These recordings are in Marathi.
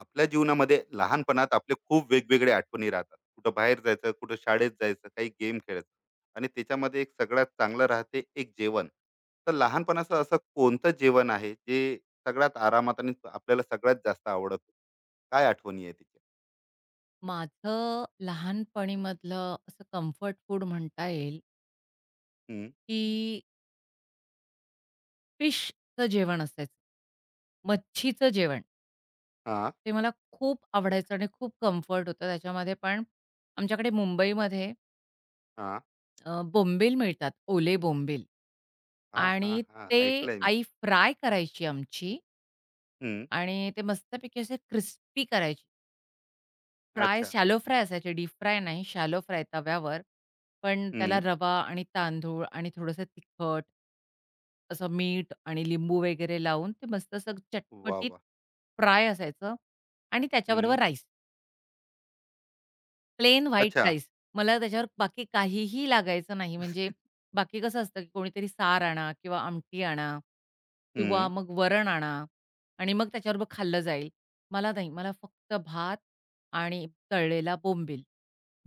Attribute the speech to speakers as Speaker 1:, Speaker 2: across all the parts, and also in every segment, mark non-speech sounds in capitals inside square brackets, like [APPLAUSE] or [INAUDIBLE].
Speaker 1: आपल्या जीवनामध्ये लहानपणात आपले खूप वेगवेगळे आठवणी राहतात. कुठं बाहेर जायचं, कुठं शाळेत जायचं, काही गेम खेळायचं आणि त्याच्यामध्ये एक सगळ्यात चांगलं राहते एक जेवण. तर लहानपणाचं असं कोणतं जेवण आहे जे सगळ्यात आरामात आणि आपल्याला सगळ्यात जास्त आवडत होतं? काय आठवणी आहे तिच्या?
Speaker 2: माझं लहानपणीमधलं असं कम्फर्ट फूड म्हणता येईल,
Speaker 1: हम्म.
Speaker 2: की फिशचं जेवण असायचं. मच्छीचं जेवण.
Speaker 1: हा,
Speaker 2: ते मला खूप आवडायचं आणि खूप कम्फर्ट होतं त्याच्यामध्ये. पण आमच्याकडे मुंबईमध्ये
Speaker 1: हा
Speaker 2: बोंबील मिळतात, ओले बोंबील
Speaker 1: हा हा
Speaker 2: आणि
Speaker 1: हा
Speaker 2: ते
Speaker 1: ऐकलंय मी.
Speaker 2: आई फ्राय करायची आमची
Speaker 1: हम्म.
Speaker 2: आणि ते मस्तपैकी असे क्रिस्पी करायची. फ्राय,
Speaker 1: अच्छा.
Speaker 2: शॅलो फ्राय असायचे, डीप फ्राय नाही, शॅलो फ्राय तव्यावर. पण त्याला
Speaker 1: हम्म.
Speaker 2: रवा आणि तांदूळ आणि थोडंसं तिखट असं मीठ आणि लिंबू वगैरे लावून ते मस्त असं
Speaker 1: वा
Speaker 2: चटपटीत
Speaker 1: वा.
Speaker 2: फ्राय असायचं आणि
Speaker 1: हम्म.
Speaker 2: त्याच्याबरोबर राईस. प्लेन व्हाईट
Speaker 1: अच्छा.
Speaker 2: राईस. मला त्याच्यावर बाकी काहीही लागायचं नाही. म्हणजे बाकी कसं असतं, की कोणीतरी सार आणा किंवा आमटी आणा किंवा
Speaker 1: हम्म.
Speaker 2: मग वरण आणा आणि मग त्याच्याबरोबर खाल्लं जाईल. मला नाही. मला फक्त भात आणि तळलेला बोंबील.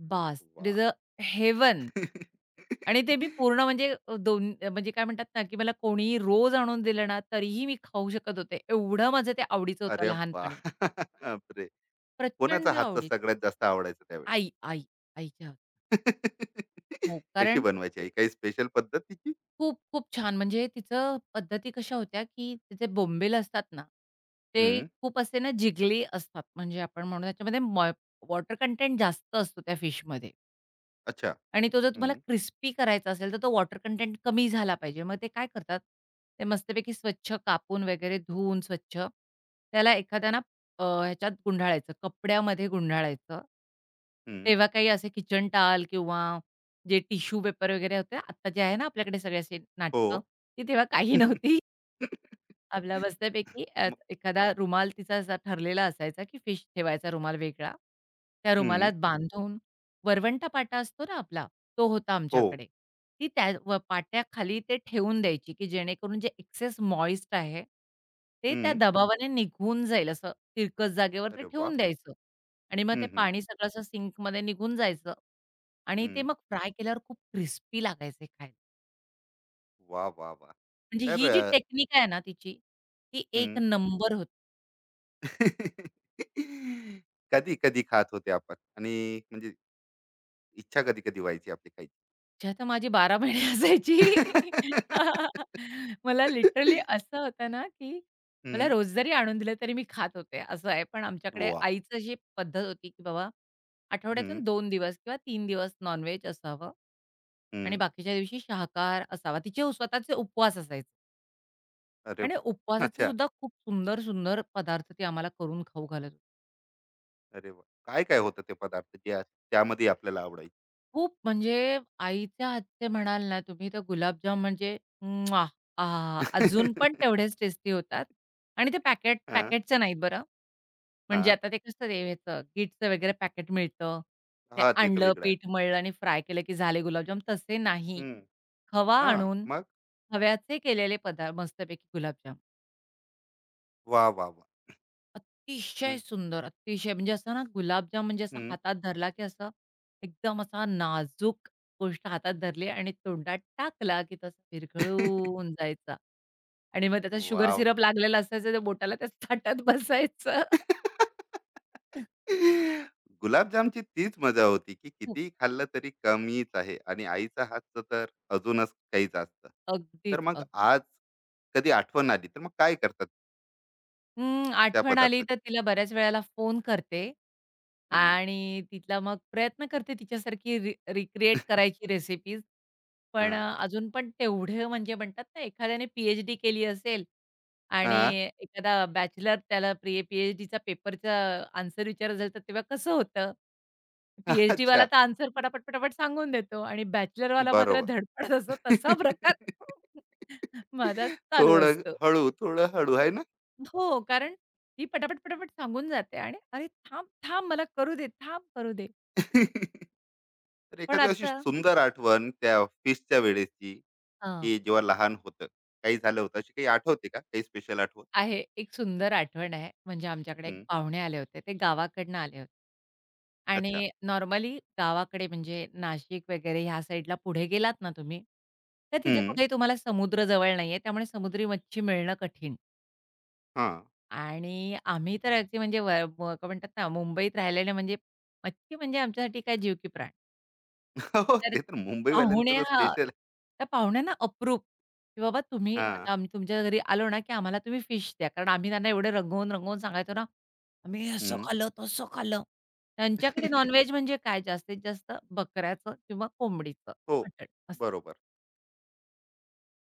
Speaker 2: बास. इट
Speaker 1: वा.
Speaker 2: Is a heaven. आणि ते मी
Speaker 1: [LAUGHS]
Speaker 2: पूर्ण म्हणजे अ, दोन म्हणजे काय म्हणतात ना, की मला कोणीही रोज आणून दिलं ना, तरीही मी खाऊ शकत होते. एवढं माझं ते आवडीचं होतं
Speaker 1: अरे
Speaker 2: लहानपणी.
Speaker 1: बापरे. [LAUGHS] कोणाचा
Speaker 2: प्रचंड
Speaker 1: हातचा
Speaker 2: आवडीचं.
Speaker 1: सगळ्यात जास्त आवडायचा त्यावेळी?
Speaker 2: आई, आई, आईच्या हात
Speaker 1: [LAUGHS]
Speaker 2: हो,
Speaker 1: कशी
Speaker 2: कारण
Speaker 1: बनवायची आई? काही स्पेशल पद्धत तिची?
Speaker 2: खूप, खूप छान म्हणजे तिचं पद्धती कशा होत्या, की तिचे बोंबील असतात ना, ते
Speaker 1: हं.
Speaker 2: खूप असे ना जिगली असतात. म्हणजे आपण म्हणू त्याच्यामध्ये वॉटर कंटेंट जास्त असतो त्या फिशमध्ये.
Speaker 1: अच्छा.
Speaker 2: आणि तो जर तुम्हाला
Speaker 1: हं,
Speaker 2: क्रिस्पी करायचा असेल, तर तो वॉटर कंटेंट कमी झाला पाहिजे. मग ते काय करतात, ते मस्तपैकी स्वच्छ कापून वगैरे धुवून स्वच्छ त्याला एखाद्या ना ह्याच्यात गुंढाळायचं, कपड्यामध्ये गुंढाळायचं.
Speaker 1: हं.
Speaker 2: तेव्हा काही असे किचन टॉवेल किंवा जे टिश्यू पेपर वगैरे होते, आता जे आहे ना आपल्याकडे सगळे असे
Speaker 1: हो.
Speaker 2: नाटकं, ती तेव्हा काही नव्हती.
Speaker 1: [LAUGHS]
Speaker 2: आपला बस्त्यापैकी
Speaker 1: मग.
Speaker 2: एखादा रुमाल तिचा असा ठरलेला असायचा, की फिश ठेवायचा रुमाल वेगळा. त्या
Speaker 1: हं.
Speaker 2: रुमालात बांधून वरवंटा पाटा असतो ना आपला, तो होता
Speaker 1: हो.
Speaker 2: आमच्याकडे. ती त्या व पाट्याखाली ते ठेवून द्यायची, की जेणेकरून जे एक्सेस मॉइस्ट आहे, ते त्या
Speaker 1: हं.
Speaker 2: दबावाने निघून जाईल असं तिरकस जागेवर ते
Speaker 1: अरे वा.
Speaker 2: ठेवून द्यायचं आणि मग
Speaker 1: हं,
Speaker 2: ते
Speaker 1: हं.
Speaker 2: पाणी सगळं असं सिंकमध्ये निघून जायचं आणि ते
Speaker 1: हं.
Speaker 2: मग फ्राय केल्यावर खूप क्रिस्पी लागायचे खायला.
Speaker 1: वाह, वाह, वाह!
Speaker 2: म्हणजे
Speaker 1: तर
Speaker 2: ही जी टेक्निक आहे ना तिची, ती एक
Speaker 1: हं.
Speaker 2: नंबर होती.
Speaker 1: कधी-कधी [LAUGHS] खात होते आपण आणि म्हणजे इच्छा कधी-कधी व्हायची आपली खायची?
Speaker 2: अच्छा तर माझी 12 महिने असायची.
Speaker 1: [LAUGHS]
Speaker 2: [LAUGHS] मला लिटरली असं होतं ना, की मला
Speaker 1: हं.
Speaker 2: रोज जरी आणून दिलं तरी मी खात होते, असं आहे. पण आमच्याकडे
Speaker 1: वाह!
Speaker 2: आईचं अशी पद्धत होती, की बाबा आठवड्यातून
Speaker 1: हं,
Speaker 2: दोन दिवस किंवा तीन दिवस नॉन-व्हेज असावं आणि
Speaker 1: हं.
Speaker 2: बाकीच्या दिवशी शाकाहार असावा. तिचे स्वतःचे उपवास असायचे
Speaker 1: अरे
Speaker 2: आणि
Speaker 1: वाह!
Speaker 2: उपवासाचे
Speaker 1: अच्छा.
Speaker 2: सुद्धा खूप सुंदर, सुंदर पदार्थ ती आम्हाला करून खाऊ घालत
Speaker 1: अरे वाह! काय-काय होतं ते पदार्थ जे त्यामध्ये आपल्याला आवडायचे?
Speaker 2: खूप म्हणजे आईच्या हातचे म्हणाल ना तुम्ही तर गुलाबजाम म्हणजे म्वाह! आहा! अजून पण
Speaker 1: [LAUGHS]
Speaker 2: तेवढेच टेस्टी होतात आणि ते पॅकेट
Speaker 1: हां,
Speaker 2: पॅकेटचे नाहीत बरं. म्हणजे
Speaker 1: हां.
Speaker 2: आता ते कसं ते ह्याचं गिट्सचं वगैरे पॅकेट मिळतं. ते
Speaker 1: हां, ते तर
Speaker 2: आणलं,
Speaker 1: वेगळं आहे.
Speaker 2: पीठ मळलं आणि फ्राय केलं की झाले गुलाबजाम तसे नाही.
Speaker 1: हं.
Speaker 2: खवा
Speaker 1: हां,
Speaker 2: आणून
Speaker 1: मग?
Speaker 2: खव्याचे केलेले पदार्थ मस्तपैकी गुलाबजाम.
Speaker 1: वाह, वाह, वाह!
Speaker 2: अतिशय
Speaker 1: हं,
Speaker 2: सुंदर, अतिशय म्हणजे असं ना गुलाबजाम म्हणजे असा
Speaker 1: हं.
Speaker 2: हातात धरला, की असं एकदम असा नाजूक गोष्ट हातात धरली आणि तोंडात टाकला, की तसा विरघळून जायचा आणि मग त्याचा शुगर
Speaker 1: वॉव!
Speaker 2: सिरप लागलेला असायचा, त्या बोटाला त्या ताटात बसायचं.
Speaker 1: [LAUGHS]
Speaker 2: [LAUGHS]
Speaker 1: [LAUGHS] गुलाबजामची तीच मजा होती, की
Speaker 2: हो.
Speaker 1: कितीही खाल्लं तरी कमीच आहे आणि आईचा हातचं तर अजूनच काही जास्त. तर
Speaker 2: अगदीच,
Speaker 1: मग
Speaker 2: अगदीच.
Speaker 1: आज कधी आठवण आली, तर मग काय करतात
Speaker 2: हं,
Speaker 1: त्या
Speaker 2: आठवण आली
Speaker 1: पदार्थाची?
Speaker 2: तर तिला बऱ्याच वेळेला फोन करते
Speaker 1: हं.
Speaker 2: आणि तिला मग प्रयत्न करते तिच्यासारखी रिक्रिएट करायची रेसिपीज. पण
Speaker 1: हां,
Speaker 2: अजून पण तेवढं म्हणजे म्हणतात ना, एखाद्याने PhD केली असेल आणि
Speaker 1: हां.
Speaker 2: एखादा बॅचलर त्याला प्री PhDचा पेपरचा आन्सर विचारत असेल, तर तेव्हा कसं होतं?
Speaker 1: [LAUGHS] [LAUGHS]
Speaker 2: PhDवाला
Speaker 1: अच्छा.
Speaker 2: तर आन्सर पटापट, पटापट सांगून देतो आणि बॅचलरवाला मात्र
Speaker 1: बरोबर.
Speaker 2: धडपडत असतो. तसा प्रकार [LAUGHS]
Speaker 1: [LAUGHS]
Speaker 2: माझाच चालू
Speaker 1: थोडं
Speaker 2: असतो.
Speaker 1: हळू, थोडं हळू आहे ना?
Speaker 2: हो, कारण ती पटापट, पटापट सांगून जाते आणि "अरे थांब, थांब मला करू दे, थांब करू दे."
Speaker 1: [LAUGHS] तर
Speaker 2: पण
Speaker 1: एखादी अशी
Speaker 2: आता
Speaker 1: सुंदर आठवण त्या ऑफिसच्या वेळेची,
Speaker 2: हां.
Speaker 1: की जेव्हा लहान होतं, काही झालं होतं, अशी काही आठवते का? काही स्पेशल आठवण?
Speaker 2: आहे एक सुंदर आठवण आहे. म्हणजे आमच्याकडे एक
Speaker 1: हं,
Speaker 2: पाहुणे आले होते. ते गावाकडनं आले होते.
Speaker 1: अच्छा.
Speaker 2: आणि नॉर्मली गावाकडे म्हणजे नाशिक वगैरे ह्या साईडला पुढे गेलात ना तुम्ही, तर तिथे
Speaker 1: हं,
Speaker 2: कुठेही तुम्हाला समुद्र जवळ नाहीये. त्यामुळे समुद्री मच्छी मिळणं कठीण.
Speaker 1: हां.
Speaker 2: आणि आम्ही तर अगदी म्हणजे व व काय म्हणतात ना, मुंबईत राहिलेले म्हणजे मच्छी म्हणजे आमच्यासाठी काय जीव की प्राण.
Speaker 1: [LAUGHS] हो,
Speaker 2: तर
Speaker 1: ते तर मुंबईवाल्यांचं
Speaker 2: पाहुण्या
Speaker 1: तर
Speaker 2: हां,
Speaker 1: स्पेशल आहे.
Speaker 2: त्या पाहुण्यांना अप्रूप, की बाबा तुम्ही
Speaker 1: हां.
Speaker 2: आता आम्ही तुमच्या घरी आलो ना, की आम्हाला तुम्ही फिश द्या. कारण आम्ही त्यांना एवढे रंगवून, रंगवून सांगायचो ना, आम्ही हे असं खाल्लं, तसं खाल्लं. त्यांच्याकडे नॉन-व्हेज
Speaker 1: [LAUGHS]
Speaker 2: म्हणजे काय जास्तीत जास्त बकऱ्याचं किंवा कोंबडीचं
Speaker 1: हो,
Speaker 2: मटण असं.
Speaker 1: बरोबर.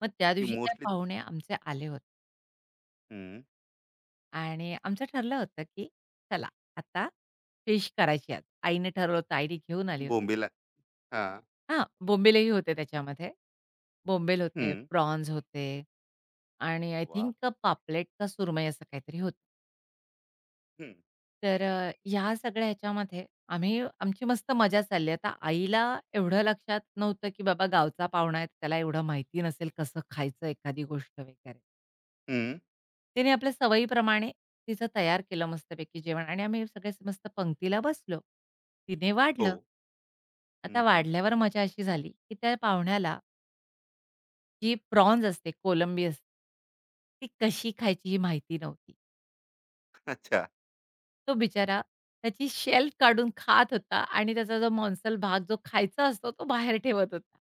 Speaker 2: मग त्या
Speaker 1: की
Speaker 2: दिवशी त्या
Speaker 1: मोस्टली
Speaker 2: पाहुण्या आमचे आले होते
Speaker 1: हं,
Speaker 2: आणि आमचं ठरलं होतं, की चला आता फिश करायची आज. आईने ठरवलं होतं, आईने घेऊन आली होती.
Speaker 1: बोंबीला हां,
Speaker 2: हां, बोंबिलही होते त्याच्यामध्ये. बोंबील होते,
Speaker 1: हं.
Speaker 2: प्रॉन्स होते आणि आय
Speaker 1: वाह!
Speaker 2: थिंक पापलेट का सुरमई असं काहीतरी होतं.
Speaker 1: हं,
Speaker 2: तर ह्या सगळ्या ह्याच्यामध्ये आम्ही आमची मस्त मजा चालली. आता आईला एवढं लक्षात नव्हतं, की बाबा गावचा पाहुणा आहे, त्याला एवढं माहिती नसेल कसं खायचं एखादी गोष्ट वगैरे. तिने आपल्या सवयीप्रमाणे तिचं तयार केलं मस्तपैकी जेवण आणि आम्ही सगळे मस्त पंक्तीला बसलो. तिने
Speaker 1: हो.
Speaker 2: वाढलं.
Speaker 1: हं,
Speaker 2: आता
Speaker 1: हं.
Speaker 2: वाढल्यावर मजा अशी झाली, की त्या पाहुण्याला जी प्रॉन्ज असते, कोलंबी असते. ती कशी खायची ही माहिती नव्हती.
Speaker 1: अच्छा.
Speaker 2: तो बिचारा त्याची शेल काढून खात होता आणि त्याचा जो मॉन्सल भाग जो खायचा असतो तो बाहेर ठेवत होता.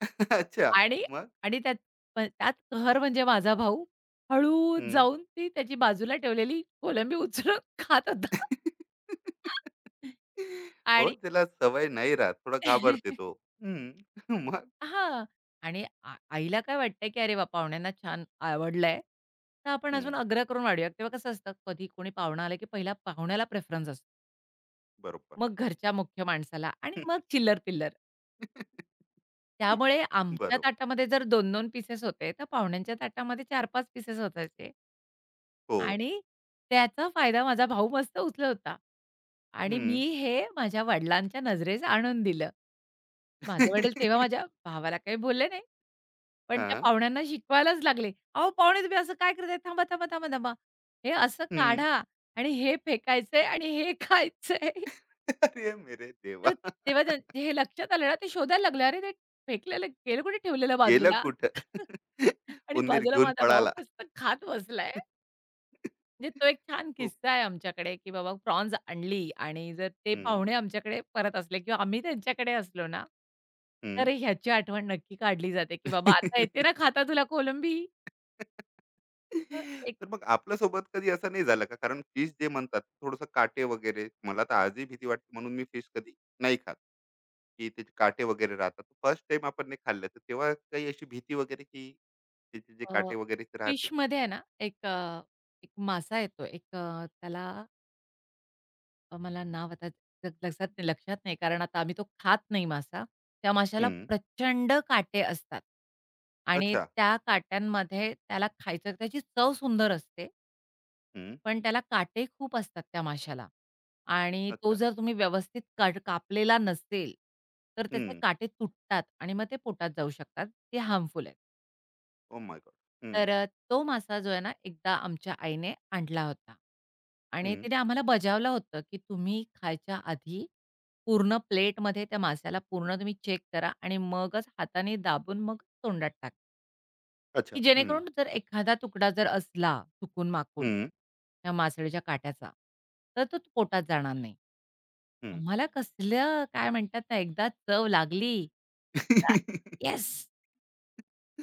Speaker 1: [LAUGHS] अच्छा.
Speaker 2: आणि
Speaker 1: मग?
Speaker 2: आणि त्यात कहर म्हणजे माझा भाऊ हळू जाऊन ती त्याची बाजूला ठेवलेली कोलंबी उचलून खात होता. [LAUGHS]
Speaker 1: हो,
Speaker 2: आणि
Speaker 1: त्याला सवय नाही राहत, थोडा घाबरते
Speaker 2: [LAUGHS]
Speaker 1: तो. हम्म. [LAUGHS] मग.
Speaker 2: हां. आणि आईला काय वाटतंय, की "अरे वाह! पाहुण्यांना छान आवडलंय, तर आपण अजून
Speaker 1: हम्म,
Speaker 2: आग्रह करून वाढूया." तेव्हा कसं असतं, कधी कोणी पाहुणा आला, की पहिला पाहुण्याला प्रेफरन्स असतो.
Speaker 1: बरोबर.
Speaker 2: मग घरच्या मुख्य माणसाला आणि मग चिल्लर-पिल्लर.
Speaker 1: [LAUGHS]
Speaker 2: त्यामुळे आमच्या
Speaker 1: बरोबर.
Speaker 2: ताटामध्ये जर 2-2 पीसेस होते, तर पाहुण्यांच्या ताटामध्ये 4-5 पीसेस असायचे.
Speaker 1: हो.
Speaker 2: आणि त्याचा फायदा माझा भाऊ मस्त उचलत होता. आणि
Speaker 1: हम्म.
Speaker 2: मी हे माझ्या वडिलांच्या नजरेस आणून दिलं. माझे वडील तेव्हा
Speaker 1: [LAUGHS]
Speaker 2: माझ्या भावाला काही बोलले नाही. पण
Speaker 1: हा.
Speaker 2: त्या पाहुण्यांना शिकवायलाच लागले. "अहो पाहुणे तुम्ही असं काय करताय? थांबा, थांबा, थांबा, थांबा. हे असं
Speaker 1: हम्म.
Speaker 2: काढा आणि हे फेकायचंय आणि हे [LAUGHS] खायचंय."
Speaker 1: [LAUGHS] अरे मेरे देवा.
Speaker 2: तर तेव्हा त्यां हे लक्षात आलं ना, ते शोधायला लागले. "अरे ते फेकलेलं गेलं कुठे ठेवलेलं
Speaker 1: गेलं
Speaker 2: बाजूला?" [LAUGHS]
Speaker 1: कुठं? [LAUGHS]
Speaker 2: आणि
Speaker 1: उंदीर
Speaker 2: बाजूला
Speaker 1: घेऊन
Speaker 2: माझा भाऊ
Speaker 1: पळाला.
Speaker 2: मस्त खात बसलाय. म्हणजे
Speaker 1: [LAUGHS]
Speaker 2: तो एक छान
Speaker 1: खूप.
Speaker 2: किस्सा आहे आमच्याकडे, की बाबा प्रॉन्स आणली आणि जर ते
Speaker 1: हम्म.
Speaker 2: पाहुणे आमच्याकडे परत असले किंवा आम्ही त्यांच्याकडे असलो ना,
Speaker 1: हम्म.
Speaker 2: तर ह्याची आठवण नक्की काढली जाते, की "बाबा आता येते ना
Speaker 1: [LAUGHS]
Speaker 2: खाता तुला कोलंबी?" तर
Speaker 1: तर मग आपल्यासोबत कधी असं नाही झालं का? कारण फिश जे म्हणतात, थोडंसं काटे वगैरे मला तर आजही भीती वाटते, म्हणून मी फिश कधी नाही खात. की त्याचे काटे वगैरे राहतात. फर्स्ट टाईम आपण नाही खाल्लं तर तेव्हा काही अशी भीती वगैरे, की त्याचे जे
Speaker 2: अ,
Speaker 1: काटे वगैरेच राहते?
Speaker 2: फिशमध्ये आहे ना, एक मासा येतो. त्याला मला नाव आता लक्षात नाही, लक्षात नाही, कारण आता आम्ही तो खात नाही मासा. त्या माशाला
Speaker 1: हं,
Speaker 2: प्रचंड काटे असतात आणि
Speaker 1: अच्छा.
Speaker 2: त्या काट्यांमध्ये त्याला खायचं त्याची चव सुंदर असते,
Speaker 1: हं,
Speaker 2: पण त्याला काटे खूप असतात त्या माशाला आणि तो
Speaker 1: अच्छा.
Speaker 2: जर तुम्ही व्यवस्थित कापलेला नसेल, तर त्याचे
Speaker 1: हं,
Speaker 2: काटे तुटतात आणि मग ते पोटात जाऊ शकतात. ते हार्मफुल आहे.
Speaker 1: Oh my god! हं,
Speaker 2: तर तो मासा जो आहे ना, एकदा आमच्या आईने आणला होता आणि
Speaker 1: हं.
Speaker 2: तिने आम्हाला बजावलं होतं, की तुम्ही खायच्या आधी पूर्ण प्लेटमध्ये त्या माश्याला पूर्ण तुम्ही चेक करा आणि मगच हाताने दाबून मग तोंडात टाका,
Speaker 1: अच्छा.
Speaker 2: की
Speaker 1: हं,
Speaker 2: जेणेकरून जर एखादा तुकडा जर असला चुकून-माकून
Speaker 1: हं,
Speaker 2: त्या मासळीच्या काट्याचा, तर तो पोटात जाणार नाही.
Speaker 1: हं.
Speaker 2: आम्हाला कसलं काय म्हणतात ना, एकदा चव लागली,
Speaker 1: [LAUGHS]
Speaker 2: "येस!"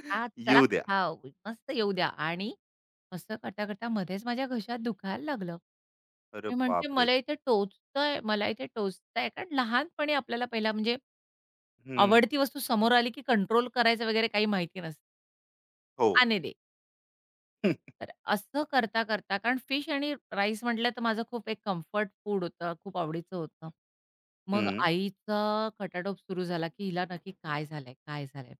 Speaker 2: चला
Speaker 1: येऊ द्या.
Speaker 2: खाऊ, मस्त येऊ द्या आणि असं करता करता मध्येच माझ्या घशात दुखायला लागलं.
Speaker 1: अरे
Speaker 2: मी म्हणते
Speaker 1: बापरे!
Speaker 2: मला इथे टोचतंय, मला इथे टोचतंय. कारण लहानपणी आपल्याला पहिला म्हणजे
Speaker 1: हं,
Speaker 2: आवडती वस्तू समोर आली की कंट्रोल करायचं वगैरे काही माहिती नसतं.
Speaker 1: हो.
Speaker 2: "आने दे."
Speaker 1: हं,
Speaker 2: तर असं करता, करता कारण फिश आणि राईस म्हटलं तर माझं खूप एक कम्फर्ट फूड होतं, खूप आवडीचं होतं. मग
Speaker 1: हं,
Speaker 2: आईचा खटाटोप सुरू झाला, की हिला नक्की काय झालंय? काय झालंय?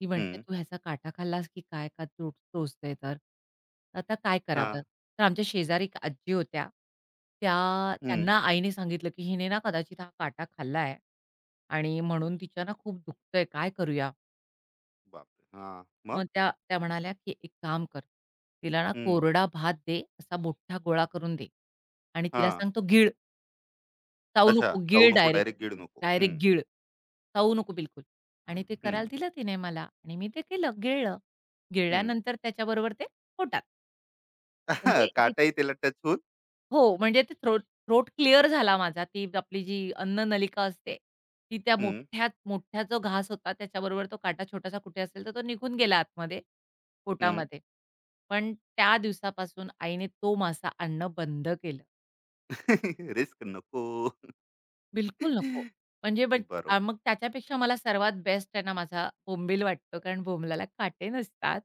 Speaker 2: ती म्हणते,
Speaker 1: हं,
Speaker 2: "तू ह्याचा काटा खाल्लास की काय का तो टोचतंय तर? आता काय करावं?"
Speaker 1: हां,
Speaker 2: तर आमच्या शेजारी एक आजी होत्या. त्या त्यांना आईने सांगितलं, की "हिने ना कदाचित हा काटा खाल्लाय आणि म्हणून तिच्या ना खूप दुखतंय. काय करूया?"
Speaker 1: बापरे! हां, मग?
Speaker 2: मग त्या त्या म्हणाल्या, की "एक काम कर, तिला ना
Speaker 1: हं.
Speaker 2: कोरडा भात दे, असा मोठा गोळा करून दे आणि तिला
Speaker 1: हां.
Speaker 2: सांग तो गीळ, चावू
Speaker 1: अच्छा.
Speaker 2: नको,
Speaker 1: चावू
Speaker 2: गीळ
Speaker 1: नको,
Speaker 2: डायरेक्ट,
Speaker 1: डायरेक्ट गिळू नको. हं,
Speaker 2: डायरेक्ट गीळ. चावू नको बिलकुल." आणि ते
Speaker 1: हं,
Speaker 2: करायला दिलं तिने मला आणि मी ते केलं, गिळलं.
Speaker 1: हं.
Speaker 2: गिळल्यानंतर त्याच्याबरोबर ते पोटात
Speaker 1: [LAUGHS]
Speaker 2: म्हणजे
Speaker 1: काटाही त्याला टच होऊन.
Speaker 2: हो, म्हणजे ते थ्रोट थ्रोट क्लिअर झाला माझा. ती आपली जी अन्ननलिका असते, ती त्या
Speaker 1: हं,
Speaker 2: मोठ्यात मोठ्या जो घास होता त्याच्याबरोबर तो काटा छोटासा कुठे असेल तर तो निघून गेला आतमध्ये,
Speaker 1: हं.
Speaker 2: पोटामध्ये. पण त्या दिवसापासून आईने तो मासा आणणं बंद केलं.
Speaker 1: [LAUGHS] रिस्क नको.
Speaker 2: बिलकुल नको. म्हणजे बट
Speaker 1: [LAUGHS] बरोबर.
Speaker 2: मग त्याच्यापेक्षा मला सर्वात बेस्ट आहे ना माझा बोंबील वाटतो कारण बोंबलाला काटे नसतात.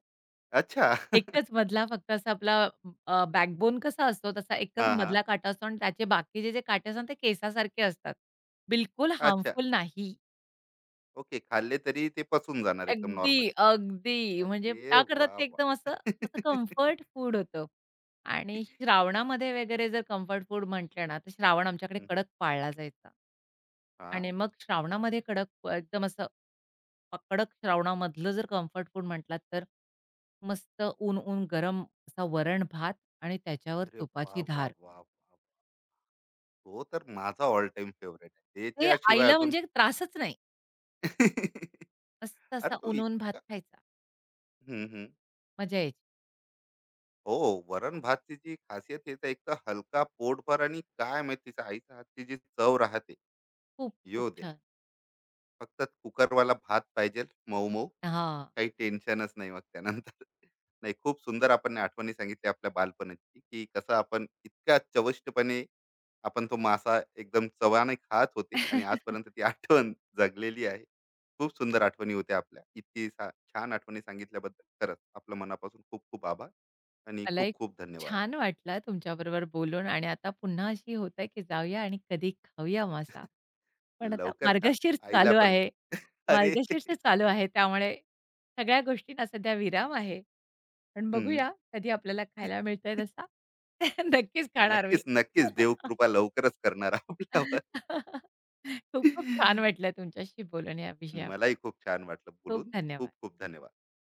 Speaker 1: अच्छा. [LAUGHS]
Speaker 2: एकच मधला फक्त असा आपला बॅकबोन कसा असतो तसा एकच
Speaker 1: हां, हां.
Speaker 2: मधला काटा असतो आणि त्याचे बाकीचे जे काटे असतात ते केसासारखे असतात. बिलकुल
Speaker 1: अच्छा.
Speaker 2: हार्मफुल नाही.
Speaker 1: ओके. खाल्ले तरी ते पचून जाणार एकदम
Speaker 2: अगदी,
Speaker 1: नॉर्मल.
Speaker 2: अगदी. म्हणजे
Speaker 1: अरे
Speaker 2: का करतात
Speaker 1: वाह,
Speaker 2: ते
Speaker 1: वाह!
Speaker 2: एकदम असं, असं
Speaker 1: [LAUGHS]
Speaker 2: कम्फर्ट फूड होतं. आणि श्रावणामध्ये वगैरे जर कम्फर्ट फूड म्हटलं ना, तर श्रावण आमच्याकडे
Speaker 1: हं.
Speaker 2: कडक पाळला जायचा. आणि
Speaker 1: हां.
Speaker 2: मग श्रावणामध्ये कडक प- एकदम असं अ- कडक श्रावणामधलं जर कम्फर्ट फूड म्हटलात, तर मस्त ऊन-ऊन गरम असा वरण-भात आणि त्याच्यावर
Speaker 1: अरे वाह,
Speaker 2: तुपाची धार.
Speaker 1: वाह, वाह, वाह! तो तर माझा ऑल टाइम फेवरेट आहे.
Speaker 2: ते
Speaker 1: त्याच्याशिवाय
Speaker 2: आईला
Speaker 1: अजून
Speaker 2: म्हणजे त्रासच नाही.
Speaker 1: [LAUGHS]
Speaker 2: मस्त असा
Speaker 1: अरे तो
Speaker 2: ऊन-ऊन भात
Speaker 1: इतका
Speaker 2: खायचा.
Speaker 1: हं, हं.
Speaker 2: मजा यायची.
Speaker 1: हो. वरण भातची जी खासियत आहे, तर एक तर हलका पोटभर आणि काय माहिती तिच्या आईच्या हातची जी चव राहते.
Speaker 2: खूप, खूप
Speaker 1: येऊ दे.
Speaker 2: छान.
Speaker 1: फक्त कुकरवाला भात पाहिजे, मऊ मऊ.
Speaker 2: हां.
Speaker 1: काही टेन्शनच नाही मग त्यानंतर. [LAUGHS] नाही, खूप सुंदर आपण आठवणी सांगितली आपल्या बालपणाची, की कसं आपण इतक्या चविष्टपणे आपण तो मासा एकदम चवाने खात होते आणि आजपर्यंत
Speaker 2: [LAUGHS]
Speaker 1: ती आठवण जगलेली आहे. खूप सुंदर आठवणी होत्या आपल्या. इतकी छान आठवणी सांगितल्याबद्दल खरंच आपलं मनापासून खूप खूप आभार आणि खूप
Speaker 2: मलाही खूप
Speaker 1: खूप धन्यवाद.
Speaker 2: छान वाटलं तुमच्याबरोबर बोलून आणि आता पुन्हा अशी होत आहे, की जाऊया आणि कधी खाऊया मासा. पण आता
Speaker 1: लवकर खा.
Speaker 2: मार्गशीर्ष
Speaker 1: आईला
Speaker 2: चालू
Speaker 1: पण
Speaker 2: आहे.
Speaker 1: [LAUGHS] अरे!
Speaker 2: मार्गशीर्ष चालू आहे, त्यामुळे सगळ्या गोष्टींना सध्या विराम आहे. पण
Speaker 1: हं.
Speaker 2: बघूया कधी आपल्याला खायला मिळतोय तसा. [LAUGHS] नक्कीच खाणार मी.
Speaker 1: नक्कीच, नक्कीच. देव कृपा लवकरच करणार आपल्यावर.
Speaker 2: [LAUGHS] खूप
Speaker 1: मलाही
Speaker 2: खूप छान
Speaker 1: [LAUGHS]
Speaker 2: वाटलं तुमच्याशी बोलून या विषयावर.
Speaker 1: खूप छान वाटलं
Speaker 2: खूप
Speaker 1: बोलून.
Speaker 2: धन्यवाद.
Speaker 1: खूप खूप धन्यवाद.